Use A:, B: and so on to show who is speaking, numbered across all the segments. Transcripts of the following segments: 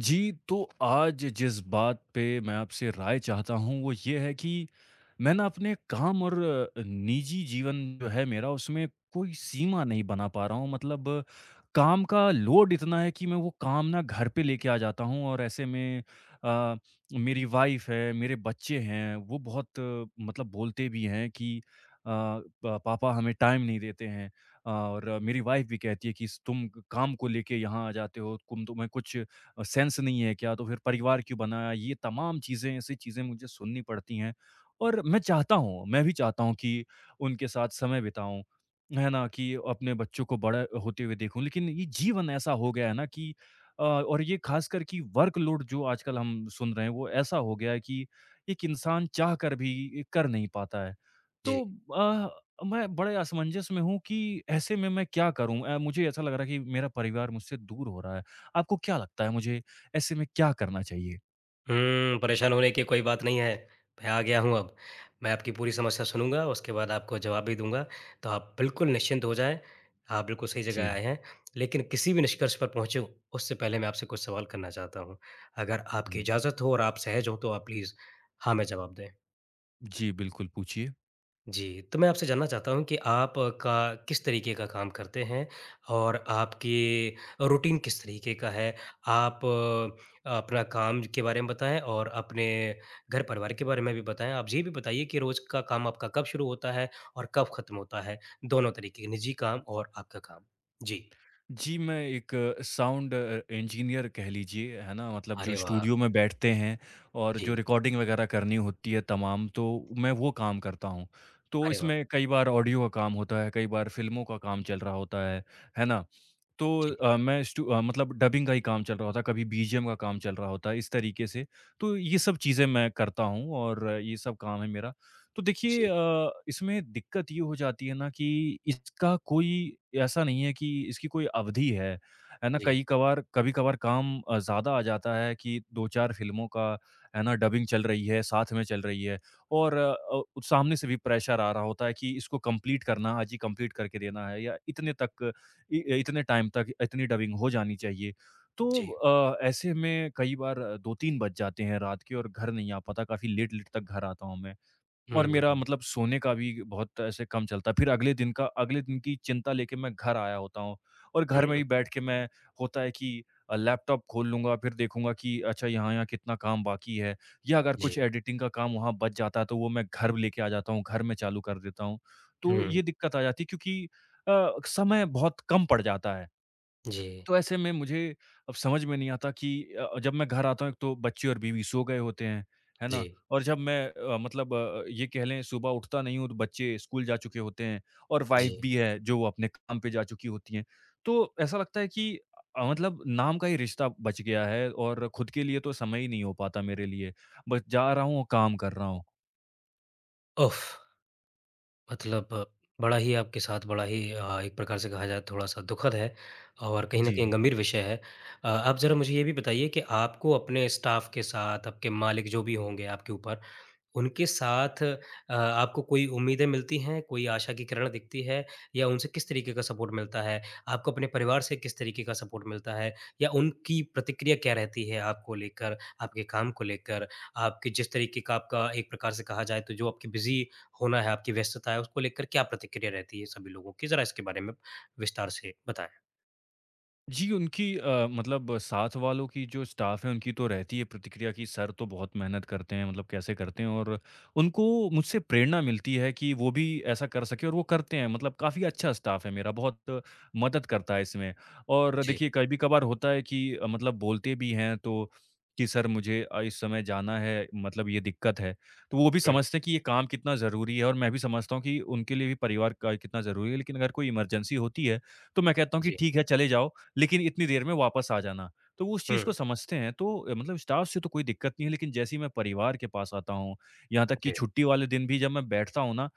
A: जी, तो आज जिस बात पे मैं आपसे राय चाहता हूँ वो ये है कि मैं ना अपने काम और निजी जीवन जो है मेरा उसमें कोई सीमा नहीं बना पा रहा हूँ। मतलब काम का लोड इतना है कि मैं वो काम ना घर पे लेके आ जाता हूँ और ऐसे में अ, मेरी वाइफ़ है, मेरे बच्चे हैं, वो बहुत मतलब बोलते भी हैं कि अ, प पापा हमें टाइम नहीं देते हैं और मेरी वाइफ़ भी कहती है कि स तुम काम को लेके यहाँ आ जाते हो, तुम्हें कुछ सेंस नहीं है क्या? तो फिर परिवार क्यों बना? ये तमाम चीज़ें, ऐसी चीज़ें मुझे सुननी पड़ती हैं और मैं चाहता हूँ, मैं भी चाहता हूँ कि उनके साथ समय बिताऊँ, है ना? कि अपने बच्चों को बड़ा होते हुए देखूँ, लेकिन ये जीवन ऐसा हो गया है ना कि और ये ख़ासकर कि वर्कलोड जो आजकल हम सुन रहे हैं, वो ऐसा हो गया है कि एक इंसान चाह कर भी ये कर नहीं पाता है। तो
B: जी।
A: अ, मैं बड़े असमंजस में हूँ कि ऐसे में मैं क्या करूँ? मुझे ऐसा लग रहा है कि मेरा परिवार मुझसे दूर हो रहा है। आपको क्या लगता है मुझे ऐसे में क्या करना चाहिए?
B: परेशान होने की कोई बात नहीं है। मैं आ गया हूँ अब। मैं आपकी पूरी समस्या सुनूँगा, उसके बाद आपको जवाब भी दूँगा। तो आप बिल्कुल निश्चिंत हो जाएँ, आप बिल्कुल सही जगह
A: जी।
B: आए हैं। लेकिन किसी भी निष्कर्ष पर पहुँचो, उससे पहले मैं आपसे कुछ सवाल करना चाहता हूँ। अगर आपकी
A: जी।
B: इजाज़त हो और आप सहज हो, तो आप प्लीज़ हाँ में जवाब दें।
A: जी, बिल्कुल पूछिए।
B: जी, तो मैं आपसे जानना चाहता हूँ कि आप का किस तरीके का काम करते हैं? और आपकी रूटीन किस तरीके का है? आप अपना काम के बारे में बताएँ और अपने घर-परिवार के बारे में भी बताएँ। आप ये भी बताइए कि रोज़ का काम आपका कब शुरू होता है और कब खत्म होता है? दोनों तरीके के निजी काम और आपका काम। जी।
A: जी, मैं एक साउंड इंजीनियर कह लीजिए, है ना? मतलब जो
B: अरे वाह!
A: स्टूडियो में बैठते हैं और जो
B: जी,
A: रिकॉर्डिंग वगैरह करनी होती है तमाम, तो मैं वो काम करता हूँ। तो
B: अरे वाह!
A: इसमें कई बार ऑडियो का काम होता है, कई बार फ़िल्मों का काम चल रहा होता है ना? तो
B: जी,
A: अ, मैं स्टू अ, मतलब डबिंग का ही काम चल रहा होता है, कभी बीजीएम का काम चल रहा होता है, इस तरीके से। तो ये सब चीज़ें मैं करता हूँ और ये सब काम है मेरा। तो देखिए
B: जी,
A: इसमें दिक्कत ये हो जाती है ना कि इसका कोई ऐसा नहीं है कि इसकी कोई अवधि है ना?
B: जी,
A: कई कभार कभी-कभार काम ज़्यादा आ जाता है कि 2-4 फ़िल्मों का, है ना, डबिंग चल रही है, साथ में चल रही है और सामने से भी प्रेशर आ रहा होता है कि इसको कंप्लीट करना, आज ही कंप्लीट करके देना है या इतने टाइम तक इतनी डबिंग हो जानी चाहिए। तो
B: जी।
A: अ, ऐसे में कई बार 2-3 बज जाते हैं रात के और घर नहीं आ पाता, काफ़ी लेट-लेट तक घर आता हूँ मैं।
B: हुँ,
A: और मेरा
B: हुँ,
A: मतलब सोने का भी बहुत ऐसे कम चलता। फिर अगले दिन की चिंता लेके मैं घर आया होता हूँ और घर में
B: हुँ,
A: ही बैठ के मैं होता है कि लैपटॉप खोल लूँगा, फिर देखूँगा कि अच्छा यहाँ-यहाँ कितना काम बाकी है या अगर
B: जी,
A: कुछ एडिटिंग का काम वहाँ बच जाता है, तो वो मैं घर लेके आ जाता हूँ, घर में चालू कर देता हूँ। तो
B: हुँ,
A: ये दिक्कत आ जाती है क्योंकि समय बहुत कम पड़ जाता है।
B: जी,
A: तो ऐसे में मुझे अब समझ में नहीं आता कि जब मैं घर आता हूँ एक तो बच्चे और बीवी सो गए होते हैं, है
B: जी,
A: ना? और जब मैं ये कह लें सुबह उठता नहीं हूँ तो बच्चे स्कूल जा चुके होते हैं और वाइफ़
B: जी।
A: भी है जो वो अपने काम पे जा चुकी होती हैं। तो ऐसा लगता है कि मतलब नाम का ही रिश्ता बच गया है और खुद के लिए तो समय ही नहीं हो पाता मेरे लिए। बस जा रहा हूँ और काम कर रहा हूँ।
B: उफ़! मतलब बड़ा ही एक प्रकार से कहा जाए थोड़ा-सा दुखद है और कहीं न
A: जी।
B: कहीं गंभीर विषय है। आप ज़रा मुझे ये भी बताइए कि आपको अपने स्टाफ़ के साथ, आपके मालिक जो भी होंगे आपके ऊपर, उनके साथ आपको कोई उम्मीदें मिलती हैं, कोई आशा की किरण दिखती है या उनसे किस तरीके का सपोर्ट मिलता है? आपको अपने परिवार से किस तरीके का सपोर्ट मिलता है? या उनकी प्रतिक्रिया क्या रहती है आपको लेकर, आपके काम को लेकर? आपके जिस तरीके का आपका एक प्रकार से कहा जाए तो जो आपकी बिज़ी होना है, आपकी व्यस्तता है, उसको लेकर क्या प्रतिक्रिया रहती है सभी लोगों की? ज़रा इसके बारे में विस्तार से बताएँ।
A: जी, उनकी मतलब साथ वालों की जो स्टाफ़ है, उनकी तो रहती है प्रतिक्रिया कि सर तो बहुत मेहनत करते हैं, मतलब कैसे करते हैं और उनको मुझसे प्रेरणा मिलती है कि वो भी ऐसा कर सकें और वो करते हैं। मतलब काफ़ी अच्छा स्टाफ़ है मेरा, बहुत मदद करता है इसमें। और
B: जी।
A: देखिए, कभी-कभार होता है कि मतलब बोलते भी हैं तो कि सर मुझे इस समय जाना है, मतलब ये दिक्कत है। तो वो भी
B: हुँ,
A: समझते हैं कि ये काम कितना ज़रूरी है और मैं भी समझता हूँ कि उनके लिए भी परिवार का कितना ज़रूरी है। लेकिन अगर कोई इमरजेंसी होती है, तो मैं कहता हूँ कि
B: जी।
A: ठीक है, चले जाओ। लेकिन इतनी देर में वापस आ जाना। तो वो उस चीज़
B: हुँ,
A: को समझते हैं तो मतलब स्टाफ से तो कोई दिक्कत नहीं है लेकिन जैसे ही मैं परिवार के पास आता हूँ, यहाँ तक कि
B: जी।
A: छुट्टी वाले दिन भी जब मैं बैठता हूँ ना अ,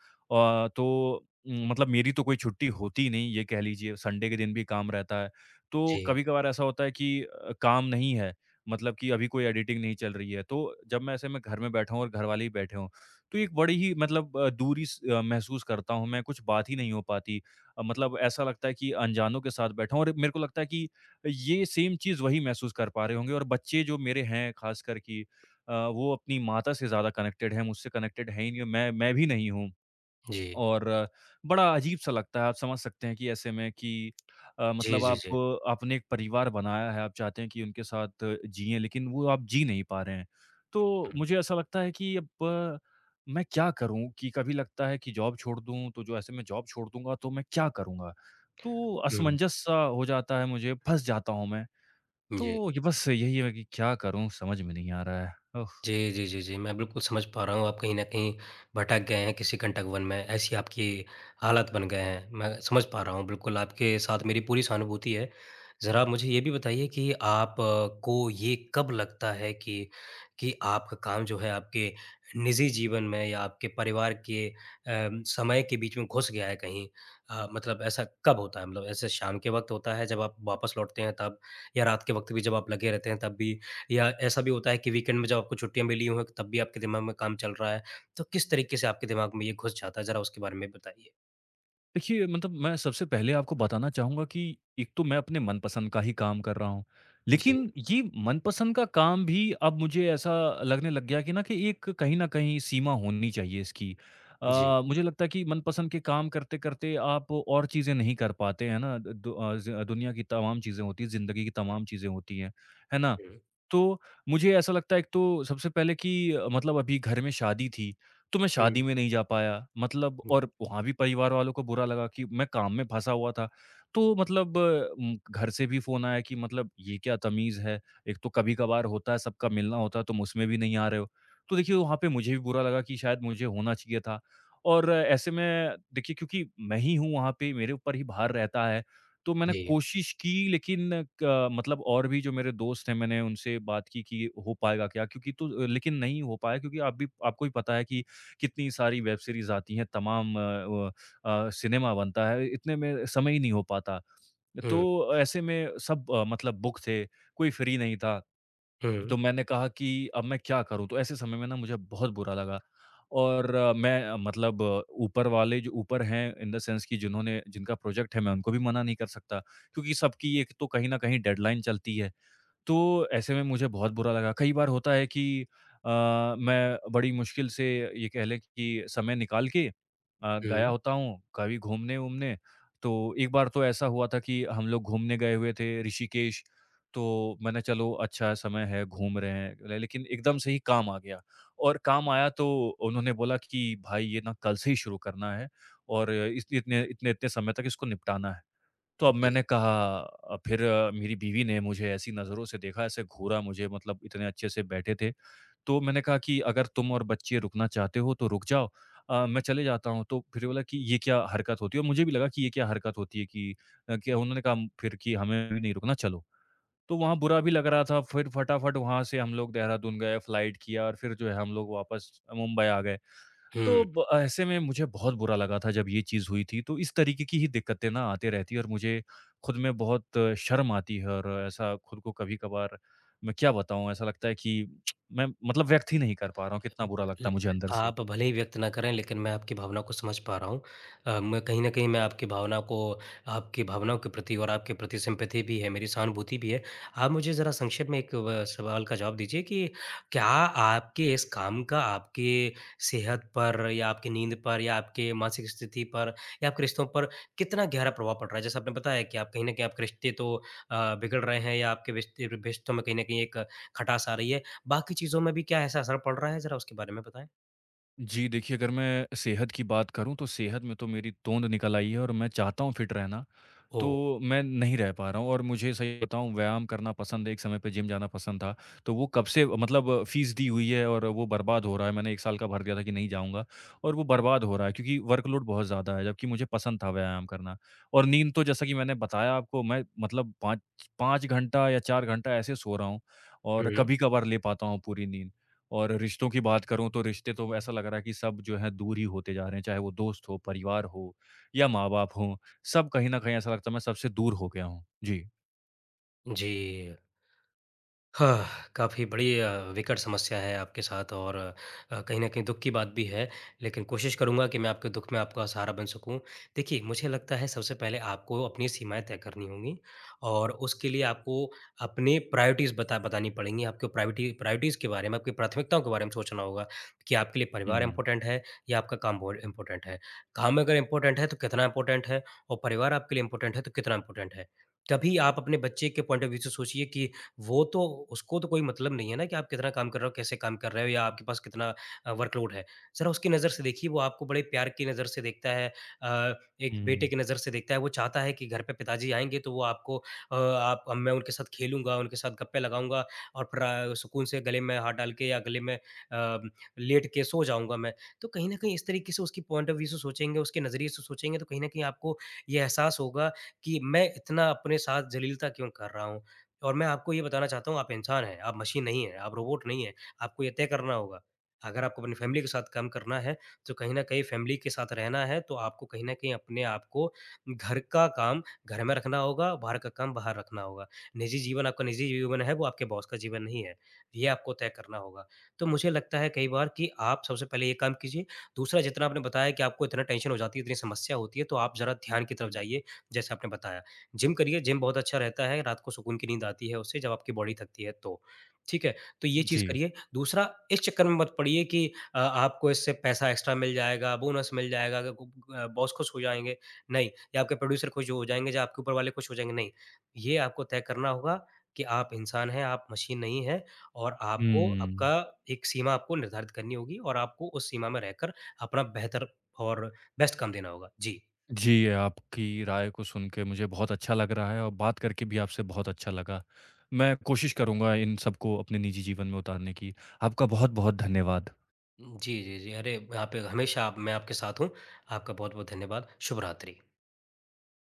A: तो उम, मतलब मेरी तो कोई छुट्टी होती ही नहीं ये कह लीजिए, संडे के दिन भी काम रहता है। तो
B: जी,
A: कभी-कभार ऐसा होता है कि काम नहीं है, मतलब कि अभी कोई एडिटिंग नहीं चल रही है। तो जब मैं ऐसे में घर में बैठा हूँ और घर वाले ही बैठे हों, तो एक बड़ी ही मतलब दूरी महसूस करता हूँ मैं, कुछ बात ही नहीं हो पाती। मतलब ऐसा लगता है कि अनजानों के साथ बैठा हूँ और मेरे को लगता है कि ये सेम चीज़ वही महसूस कर पा रहे होंगे और बच्चे जो मेरे हैं खासकर कि वो अपनी माता से ज़्यादा कनेक्टेड हैं, मुझसे कनेक्टेड हैं ही नहीं और मैं भी नहीं हूँ।
B: जी।
A: और बड़ा अजीब-सा लगता है। आप समझ सकते हैं कि ऐसे में कि अ,
B: जी,
A: मतलब
B: जी,
A: आप
B: जी।
A: आपने एक परिवार बनाया है, आप चाहते हैं कि उनके साथ जिएँ, लेकिन वो आप जी नहीं पा रहे हैं। तो
B: हुँ,
A: मुझे ऐसा लगता है कि अब मैं क्या करूँ? कि कभी लगता है कि जॉब छोड़ दूँ, तो जो ऐसे मैं जॉब छोड़ दूँगा, तो मैं क्या करूँगा? तो
B: हुँ,
A: असमंजस-सा हो जाता है मुझे, फँस जाता हूँ मैं।
B: जी।
A: तो ये बस यही है कि क्या करूँ समझ में नहीं आ रहा है। ओह!
B: जी, जी, जी, जी। मैं बिल्कुल समझ पा रहा हूँ आप कहीं न कहीं भटक गए हैं किसी कंटकवन में, ऐसी आपकी हालत बन गए हैं। मैं समझ पा रहा हूँ बिल्कुल आपके साथ मेरी पूरी सहानुभूति है। ज़रा आप मुझे ये भी बताइए कि आप को ये कब लगता है कि आपका काम जो है आपके निजी जीवन में या आपके परिवार के समय के बीच में घुस गया है कहीं? मतलब ऐसा कब होता है? मतलब ऐसे शाम के वक़्त होता है जब आप वापस लौटते हैं तब? या रात के वक़्त भी जब आप लगे रहते हैं तब भी? या ऐसा भी होता है कि वीकेंड में जब आपको छुट्टियाँ मिली हों, तब भी आपके दिमाग में काम चल रहा है। तो किस तरीके से आपके दिमाग में ये घुस जाता है? ज़रा उसके बारे में बताइए।
A: देखिए, मतलब मैं सबसे पहले आपको बताना चाहूँगा कि एक तो मैं अपने मनपसंद का ही काम कर रहा हूँ।
B: जी,
A: लेकिन ये मनपसंद का काम भी अब मुझे ऐसा लगने लग गया कि ना कि एक कहीं न कहीं सीमा होनी चाहिए इसकी।
B: जी।
A: मुझे लगता है कि मनपसंद के काम करते-करते आप और चीज़ें नहीं कर पाते, है ना? दु अ, ज़ दुनिया की तमाम चीज़ें होती हैं, ज़िंदगी की तमाम चीज़ें होती हैं, है ना?
B: हुँ,
A: तो मुझे ऐसा लगता है एक तो सबसे पहले कि मतलब अभी घर में शादी थी तो मैं शादी
B: हुँ,
A: में नहीं जा पाया मतलब
B: हुँ।
A: और वहाँ भी परिवार वालों को बुरा लगा कि मैं काम में फँसा हुआ था। तो मतलब घर से भी फ़ोन आया कि मतलब ये क्या तमीज़ है? एक तो कभी-कभार होता है, सबका मिलना होता है, तुम उसमें भी नहीं आ रहे हो। तो देखिए वहाँ पे मुझे भी बुरा लगा कि शायद मुझे होना चाहिए था और ऐसे में देखिए क्योंकि मैं ही हूँ वहाँ पे, मेरे ऊपर ही भार रहता है। तो मैंने
B: जी।
A: कोशिश की लेकिन क मतलब और भी जो मेरे दोस्त हैं मैंने उनसे बात की कि हो पाएगा क्या? क्योंकि तो लेकिन नहीं हो पाया क्योंकि आप भी आपको भी पता है कि कितनी सारी वेब सीरीज़ आती हैं, तमाम व सिनेमा बनता है, इतने में समय ही नहीं हो पाता।
B: हुँ,
A: तो ऐसे में सब मतलब बुक थे, कोई फ्री नहीं था।
B: हुँ,
A: तो मैंने कहा कि अब मैं क्या करूँ? तो ऐसे समय में ना मुझे बहुत बुरा लगा और अ, मैं अ, मतलब अ, ऊपर वाले जो ऊपर हैं इन द सेंस कि जिन्होंने जिनका प्रोजेक्ट है मैं उनको भी मना नहीं कर सकता क्योंकि सबकी एक तो कहीं न कहीं डेडलाइन चलती है। तो ऐसे में मुझे बहुत बुरा लगा। कई बार होता है कि अ, मैं बड़ी मुश्किल से ये कह लें कि समय निकाल के गया
B: हुँ,
A: होता हूँ कभी घूमने-वूमने। तो एक बार तो ऐसा हुआ था कि हम लोग घूमने गए हुए थे ऋषिकेश। तो मैंने चलो अच्छा समय है, घूम रहे हैं। ले लेकिन एकदम से ही काम आ गया और काम आया तो उन्होंने बोला कि भाई ये ना कल से ही शुरू करना है और इस इतने इतने-इतने समय तक इसको निपटाना है। तो अब
B: जी,
A: मैंने कहा मेरी बीवी ने मुझे ऐसी नज़रों से देखा, ऐसे घूरा मुझे मतलब इतने अच्छे से बैठे थे। तो मैंने कहा कि अगर तुम और बच्चे रुकना चाहते हो तो रुक जाओ, मैं चले जाता हूँ। तो फिर बोला कि ये क्या हरकत होती है? और मुझे भी लगा कि ये क्या हरकत होती है कि अ, क्या उन्होंने कहा फिर कि हमें भी नहीं रुकना चलो। तो वहाँ बुरा भी लग रहा था फिर फटाफट वहाँ से हम लोग देहरादून गए, फ्लाइट किया और फिर जो है हम लोग वापस मुंबई आ गए। तो
B: हुँ।
A: ब ऐसे में मुझे बहुत बुरा लगा था जब ये चीज़ हुई थी, तो इस तरीके की ही दिक्कतें ना आती रहती हैं और मुझे खुद में बहुत शर्म आती है और ऐसा खुद को कभी-कभार मैं क्या बताऊँ ऐसा लगता है कि मैं मतलब व्यक्त ही नहीं कर पा रहा हूँ, कितना बुरा लगता
B: ल
A: है मुझे अंदर से।
B: आप भले ही व्यक्त ना करें, लेकिन मैं आपकी भावना को समझ पा रहा हूँ। मैं कहीं न कहीं मैं आपकी भावनाओं के प्रति और आपके प्रति सिम्पैथी भी है, मेरी सहानुभूति भी है। आप मुझे ज़रा संक्षेप में एक व सवाल का जवाब दीजिए कि क्या आपके इस काम का आपके सेहत पर या आपकी नींद पर या आपके मानसिक स्थिति पर या आपके रिश्तों पर कितना गहरा प्रभाव पड़ रहा है? जैसे आपने बताया कि आप कहीं न कहीं आपके रिश्ते तो बिगड़ रहे हैं या आपके रिश्ते रिश्तों में कहीं न कहीं एक खटास आ रही है। बाकी चीज़ों में भी क्या ऐसा असर पड़ रहा है? ज़रा उसके बारे में बताएँ।
A: जी देखिए, अगर मैं सेहत की बात करूँ तो सेहत में तो मेरी तोंद निकल आई है और मैं चाहता हूँ फिट रहना।
B: ओह!
A: तो मैं नहीं रह पा रहा हूँ और मुझे सही बताऊँ व्यायाम करना पसंद है, एक समय पे जिम जाना पसंद था। तो वो कब से मतलब फ़ीस दी हुई है और वो बर्बाद हो रहा है। मैंने 1 साल का भर दिया था कि नहीं जाऊँगा और वो बर्बाद हो रहा है क्योंकि वर्कलोड बहुत ज़्यादा है, जबकि मुझे पसंद था व्यायाम करना। और नींद तो जैसा कि मैंने बताया आपको मैं मतलब 5 घंटा या 4 घंटा ऐसे सो रहा हूँ
B: हुँ,
A: और
B: हुँ।
A: कभी-कभार ले पाता हूँ पूरी नींद। और रिश्तों की बात करूँ तो रिश्ते तो ऐसा लग रहा है कि सब जो है दूर ही होते जा रहे हैं, चाहे वो दोस्त हो, परिवार हो या माँ-बाप हों। सब कहीं न कहीं ऐसा लगता है मैं सबसे दूर हो गया हूँ। जी।
B: जी। हाँ, काफ़ी बड़ी विकट समस्या है आपके साथ और कहीं न कहीं दुःख की बात भी है, लेकिन कोशिश करूँगा कि मैं आपके दुःख में आपका सहारा बन सकूँ। देखिए, मुझे लगता है सबसे पहले आपको अपनी सीमाएँ तय करनी होंगी और उसके लिए आपको अपने प्रायोरिटीज़ बतानी पड़ेंगी। आपको प्रायोरिटीज़ के बारे में, आपकी प्राथमिकताओं के बारे में सोचना होगा कि आपके लिए
A: हुँ,
B: परिवार
A: हुँ।
B: इम्पोर्टेंट है या आपका काम बहुत इम्पोर्टेंट है। काम अगर इम्पोर्टेंट है, तो कितना इम्पोर्टेंट है और परिवार आपके लिए इम्पोर्टेंट है, तो कितना इम्पोर्टेंट है। तभी आप अपने बच्चे के पॉइंट ऑफ व्यू से सोचिए कि वो तो उसको तो कोई मतलब नहीं है ना कि आप कितना काम कर रहे हो, कैसे काम कर रहे हो या आपके पास कितना वर्कलोड है। ज़रा उसकी नज़र से देखिए, वो आपको बड़े प्यार की नज़र से देखता है अ, एक बेटे की नज़र से देखता है। वो चाहता है कि घर पे पिताजी आएँगे तो वो आपको आप अब मैं उनके साथ खेलूँगा, उनके साथ गप्पे लगाऊँगा और फिर सुकून से गले में हाथ डाल के या गले में लेट के सो जाऊँगा मैं। तो कहीं न कहीं इस तरीके से उसकी पॉइंट ऑफ व्यू से सोचेंगे, उसके नज़रिए से सोचेंगे तो कहीं न कहीं आपको ये एहसास होगा कि मैं इतना अपने साथ ज़लीलता क्यों कर रहा हूँ? और मैं आपको ये बताना चाहता हूँ आप इंसान हैं, आप मशीन नहीं हैं, आप रोबोट नहीं हैं, आपको ये तय करना होगा। अगर आपको अपनी फैमिली के साथ काम करना है, तो कहीं न कहीं फैमिली के साथ रहना है, तो आपको कहीं न कहीं अपने आप को घर का काम घर में रखना होगा, बाहर का काम बाहर रखना होगा। निजी जीवन आपका निजी जीवन है, वो आपके बॉस का जीवन नहीं है। ये आपको तय करना होगा। तो मुझे लगता है कई बार कि आप सबसे पहले ये काम कीजिए। दूसरा जितना आपने बताया कि आपको इतना टेंशन हो जाती है, इतनी समस्या होती है, तो आप ज़रा ध्यान की तरफ
A: हुँ।
B: जाइए, जैसे आपने बताया। जिम करिए, जिम बहुत अच्छा रहता है, रात को सुकून की नींद आती है उससे जब आपकी बॉडी थकती है तो। ठीक है? तो ये चीज़
A: जी।
B: करिए। दूसरा इस चक्कर में मत पड़िए कि आपको इससे पैसा एक्स्ट्रा मिल जाएगा, बोनस मिल जाएगा, ग ग अ, बॉस खुश हो जाएँगे, नहीं या आपके प्रोड्यूसर खुश हो जाएँगे या आपके ऊपर वाले खुश हो जाएँगे, नहीं। ये आपको तय करना होगा कि आप इंसान हैं, आप मशीन नहीं हैं और आपको
A: हुँ।
B: आपका एक सीमा आपको निर्धारित करनी होगी और आपको उस सीमा में रहकर अपना बेहतर और बेस्ट काम देना होगा। जी।
A: जी, आपकी राय को सुन के मुझे बहुत अच्छा लग रहा है और बात करके भी आपसे बहुत अच्छा लगा। मैं कोशिश करूँगा इन सबको अपने निजी जीवन में उतारने की। आपका बहुत-बहुत धन्यवाद।
B: जी, जी, जी। अरे, यहाँ पे हमेशा आप मैं आपके साथ हूँ। आपका बहुत-बहुत धन्यवाद। शुभ रात्रि।